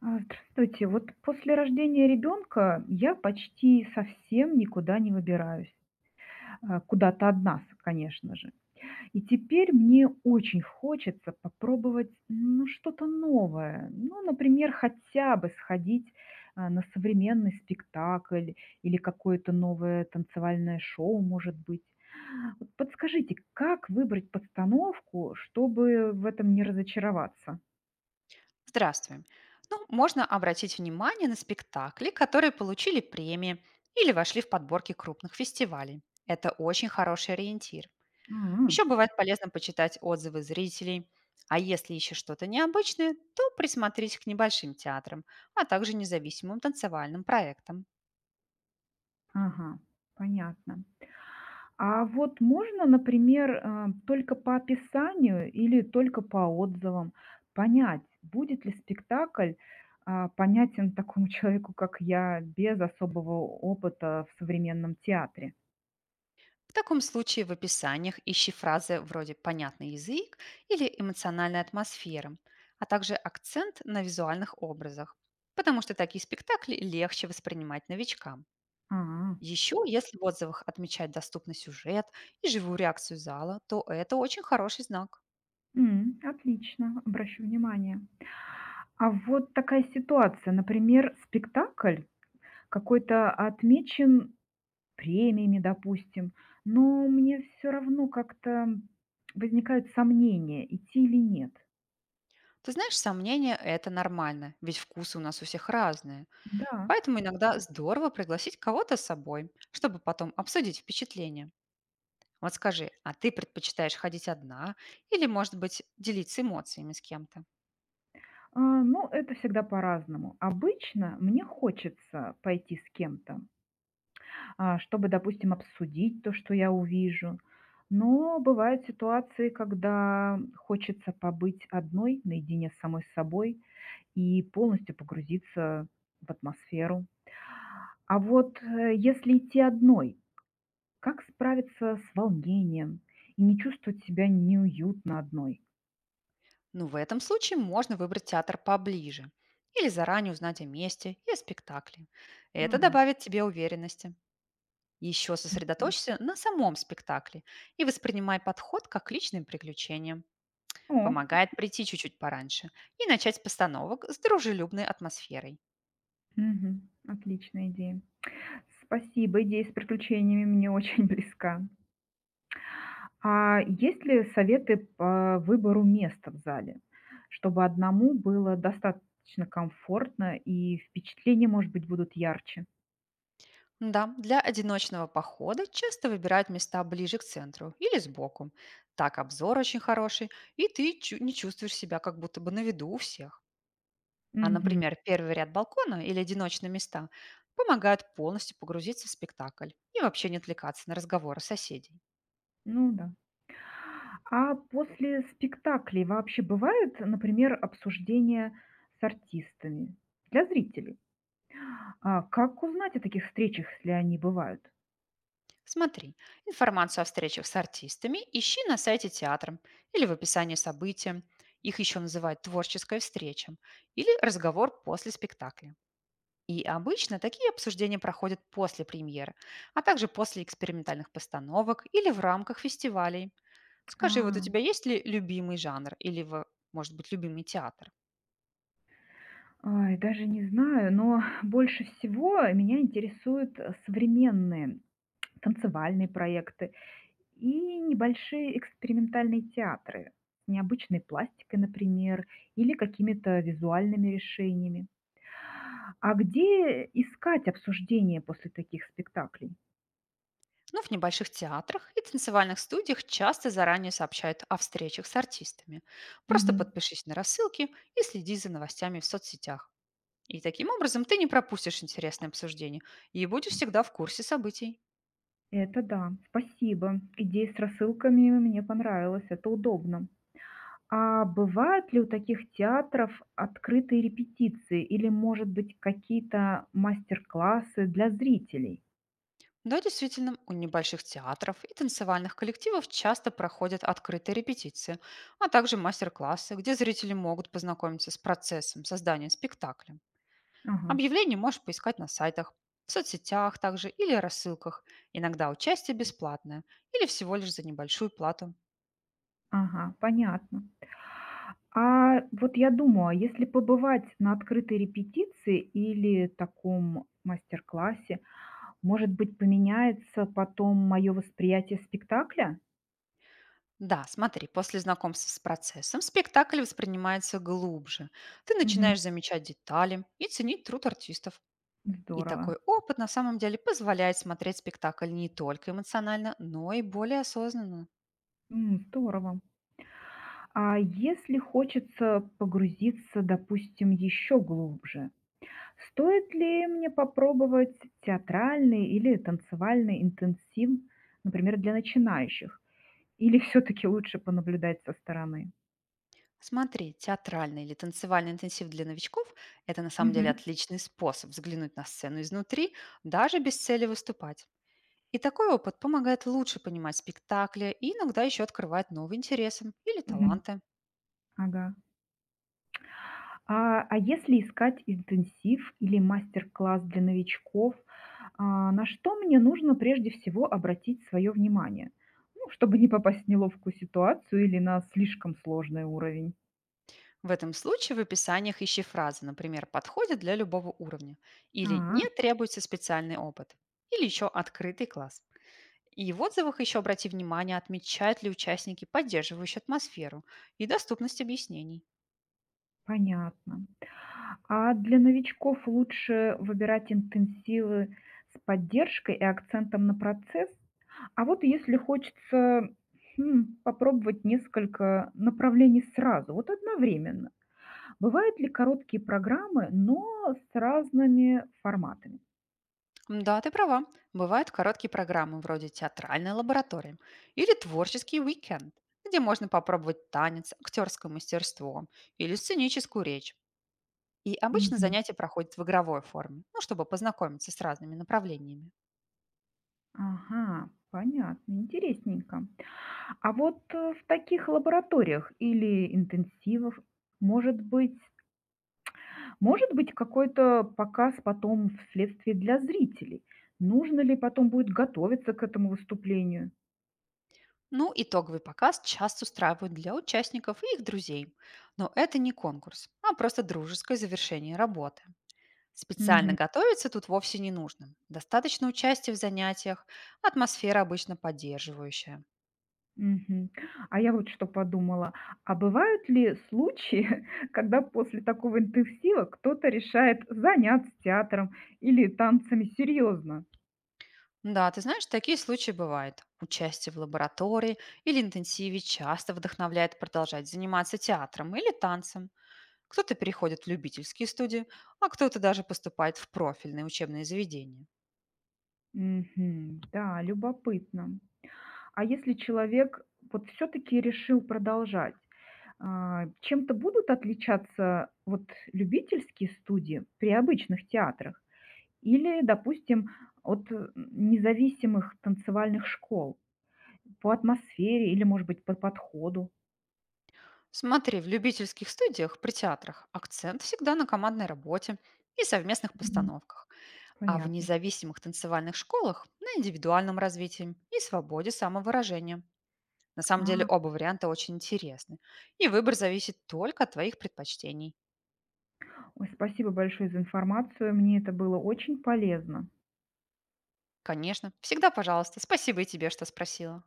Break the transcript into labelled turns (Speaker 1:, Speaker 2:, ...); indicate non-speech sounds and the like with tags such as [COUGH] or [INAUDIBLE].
Speaker 1: Здравствуйте. Вот после рождения ребенка я почти совсем никуда не выбираюсь. Куда-то одна, конечно же. И теперь мне очень хочется попробовать что-то новое. Ну, например, хотя бы сходить на современный спектакль или какое-то новое танцевальное шоу, может быть. Вот подскажите, как выбрать постановку, чтобы в этом не разочароваться?
Speaker 2: Здравствуй. Ну, можно обратить внимание на спектакли, которые получили премии или вошли в подборки крупных фестивалей. Это очень хороший ориентир.
Speaker 1: М,
Speaker 2: Еще бывает полезно почитать отзывы зрителей. А если ищешь что-то необычное, то присмотрись к небольшим театрам, а также независимым танцевальным проектам.
Speaker 1: Ага, понятно. А вот можно, например, только по описанию или только по отзывам понять, будет ли спектакль понятен такому [LAUGHS] человеку, как я, без особого опыта в современном театре?
Speaker 2: В таком случае в описаниях ищи фразы вроде «понятный язык» или «эмоциональная атмосфера», а также акцент на визуальных образах, потому что такие спектакли легче воспринимать новичкам.
Speaker 1: А,
Speaker 2: Еще, если в отзывах отмечать доступный сюжет и живую реакцию зала, то это очень хороший знак.
Speaker 1: отлично, обращу внимание. А вот такая ситуация, например, спектакль какой-то отмечен премиями, допустим, но мне все равно как-то возникают сомнения, идти или нет.
Speaker 2: Ты знаешь, сомнения — это нормально, ведь вкусы у нас у всех разные.
Speaker 1: Да,
Speaker 2: Поэтому иногда здорово пригласить кого-то с собой, чтобы потом обсудить впечатление. Вот скажи, а ты предпочитаешь ходить одна или, может быть, делиться эмоциями с кем-то?
Speaker 1: это всегда по-разному. Обычно мне хочется пойти с кем-то, чтобы, допустим, обсудить то, что я увижу. Но бывают ситуации, когда хочется побыть одной, наедине с самой собой и полностью погрузиться в атмосферу. А вот если идти одной, как справиться с волнением и не чувствовать себя неуютно одной?
Speaker 2: Ну, в этом случае можно выбрать театр поближе или заранее узнать о месте и о спектакле.
Speaker 1: Ну
Speaker 2: Это
Speaker 1: да.
Speaker 2: добавит тебе уверенности. Еще
Speaker 1: Мгм.
Speaker 2: сосредоточься на самом спектакле и воспринимай подход как к личным приключениям.
Speaker 1: О,
Speaker 2: Помогает прийти чуть-чуть пораньше и начать с постановок с дружелюбной атмосферой.
Speaker 1: Отличная идея. Спасибо, идея с приключениями мне очень [LAUGHS] близка. А есть ли советы по выбору места в зале, чтобы одному было достаточно комфортно и впечатления, может быть, будут ярче?
Speaker 2: Да, для одиночного похода часто выбирают места ближе к центру или сбоку. Так обзор очень хороший, и ты не чувствуешь себя как будто бы на виду у всех. А,
Speaker 1: Мгм.
Speaker 2: например, первый ряд балкона или одиночные места помогают полностью погрузиться в спектакль и вообще не отвлекаться на разговоры соседей.
Speaker 1: Ну да. А после спектаклей вообще бывает, например, обсуждение с артистами для зрителей? А как узнать о таких встречах, если они бывают?
Speaker 2: Смотри, информацию о встречах с артистами ищи на сайте театра или в описании события. Их еще называют творческой встречей или разговор после спектакля. И обычно такие обсуждения проходят после премьер, а также после экспериментальных постановок или в рамках фестивалей. Скажи, вот у
Speaker 1: А.
Speaker 2: тебя есть ли любимый жанр или, может быть, любимый театр?
Speaker 1: Ай, даже не знаю, но больше всего меня интересуют, современные танцевальные проекты и небольшие экспериментальные театры с необычной пластикой, например, или какими-то визуальными решениями. А где искать обсуждение после таких спектаклей?
Speaker 2: Ну, в небольших театрах и танцевальных студиях часто заранее сообщают о встречах с артистами. Просто
Speaker 1: Мгм.
Speaker 2: подпишись на рассылки и следи за новостями в соцсетях. И таким образом ты не пропустишь интересные обсуждения и будешь всегда в курсе событий.
Speaker 1: Это да, спасибо. Идея с рассылками мне понравилась, это удобно. А бывают ли у таких театров открытые репетиции или, может быть, какие-то мастер-классы для зрителей?
Speaker 2: Да, действительно, у небольших театров и танцевальных коллективов часто проходят открытые репетиции, а также мастер-классы, где зрители могут познакомиться с процессом создания спектакля.
Speaker 1: Ага,
Speaker 2: Объявления можешь поискать на сайтах, в соцсетях также или рассылках. Иногда участие бесплатное или всего лишь за небольшую плату.
Speaker 1: ага, понятно. А вот я думаю, а если побывать на открытой репетиции или таком мастер-классе, может быть, поменяется потом мое восприятие спектакля?
Speaker 2: Да, смотри, после знакомства с процессом спектакль воспринимается глубже. Ты
Speaker 1: Мгм.
Speaker 2: начинаешь замечать детали и ценить труд артистов. И
Speaker 1: Здорово.
Speaker 2: такой опыт на самом деле позволяет смотреть спектакль не только эмоционально, но и более осознанно.
Speaker 1: Здорово. А если хочется погрузиться, допустим, еще глубже, стоит ли мне попробовать театральный или танцевальный интенсив, например, для начинающих? Или все-таки лучше понаблюдать со стороны?
Speaker 2: Смотри, театральный или танцевальный интенсив для новичков — это на самом деле
Speaker 1: Мгм.
Speaker 2: отличный способ взглянуть на сцену изнутри, даже без цели выступать. И такой опыт помогает лучше понимать спектакли и иногда еще открывает новые интересы или
Speaker 1: Мгм.
Speaker 2: таланты.
Speaker 1: Ага. А если искать интенсив или мастер-класс для новичков, на что мне нужно прежде всего обратить свое внимание? Ну, чтобы не попасть в неловкую ситуацию или на слишком сложный уровень.
Speaker 2: В этом случае в описаниях ищи фразы, например, «подходит для любого уровня» или
Speaker 1: А,
Speaker 2: «не требуется специальный опыт», или еще «открытый класс». И в отзывах еще обрати внимание, отмечают ли участники поддерживающую атмосферу и доступность объяснений.
Speaker 1: понятно. А для новичков лучше выбирать интенсивы с поддержкой и акцентом на процесс. А вот если хочется, попробовать несколько направлений сразу, вот одновременно, бывают ли короткие программы, но с разными форматами?
Speaker 2: М, да, ты права. Бывают короткие программы вроде театральной лаборатории или творческий уикенд, где можно попробовать танец, актерское мастерство или сценическую речь. И обычно
Speaker 1: Мгм.
Speaker 2: занятия проходят в игровой форме, ну, чтобы познакомиться с разными направлениями.
Speaker 1: Ага, понятно, интересненько. А вот, в таких лабораториях или интенсивов, может быть может быть, какой-то показ потом вследствие для зрителей? Нужно ли потом будет готовиться к этому выступлению?
Speaker 2: Ну, итоговый показ часто устраивают для участников и их друзей. Но это не конкурс, а просто дружеское завершение работы. Специально
Speaker 1: Мгм,
Speaker 2: готовиться тут вовсе не нужно. Достаточно участия в занятиях, атмосфера обычно поддерживающая.
Speaker 1: мгм. А я вот что подумала, а бывают ли случаи, [LAUGHS] когда после такого интенсива кто-то решает заняться театром или танцами серьезно?
Speaker 2: Да, ты знаешь, такие случаи бывают. Участие в лаборатории или интенсиве часто вдохновляет продолжать заниматься театром или танцем. Кто-то переходит в любительские студии, а кто-то даже поступает в профильные учебные заведения.
Speaker 1: Мгм. Да, любопытно. А если человек вот все-таки решил продолжать, чем-то будут отличаться вот любительские студии при обычных театрах или, допустим, от, независимых танцевальных школ по атмосфере или, может быть, по подходу?
Speaker 2: Смотри, в любительских студиях при театрах акцент всегда на командной работе и совместных
Speaker 1: Мгм.
Speaker 2: постановках, а в
Speaker 1: Понятно.
Speaker 2: независимых танцевальных школах — на индивидуальном развитии и свободе самовыражения. На самом деле
Speaker 1: А,
Speaker 2: оба варианта очень интересны, и выбор зависит только от твоих предпочтений.
Speaker 1: ой, спасибо большое за информацию. Мне это было очень полезно.
Speaker 2: Конечно, всегда пожалуйста. Спасибо и тебе, что спросила.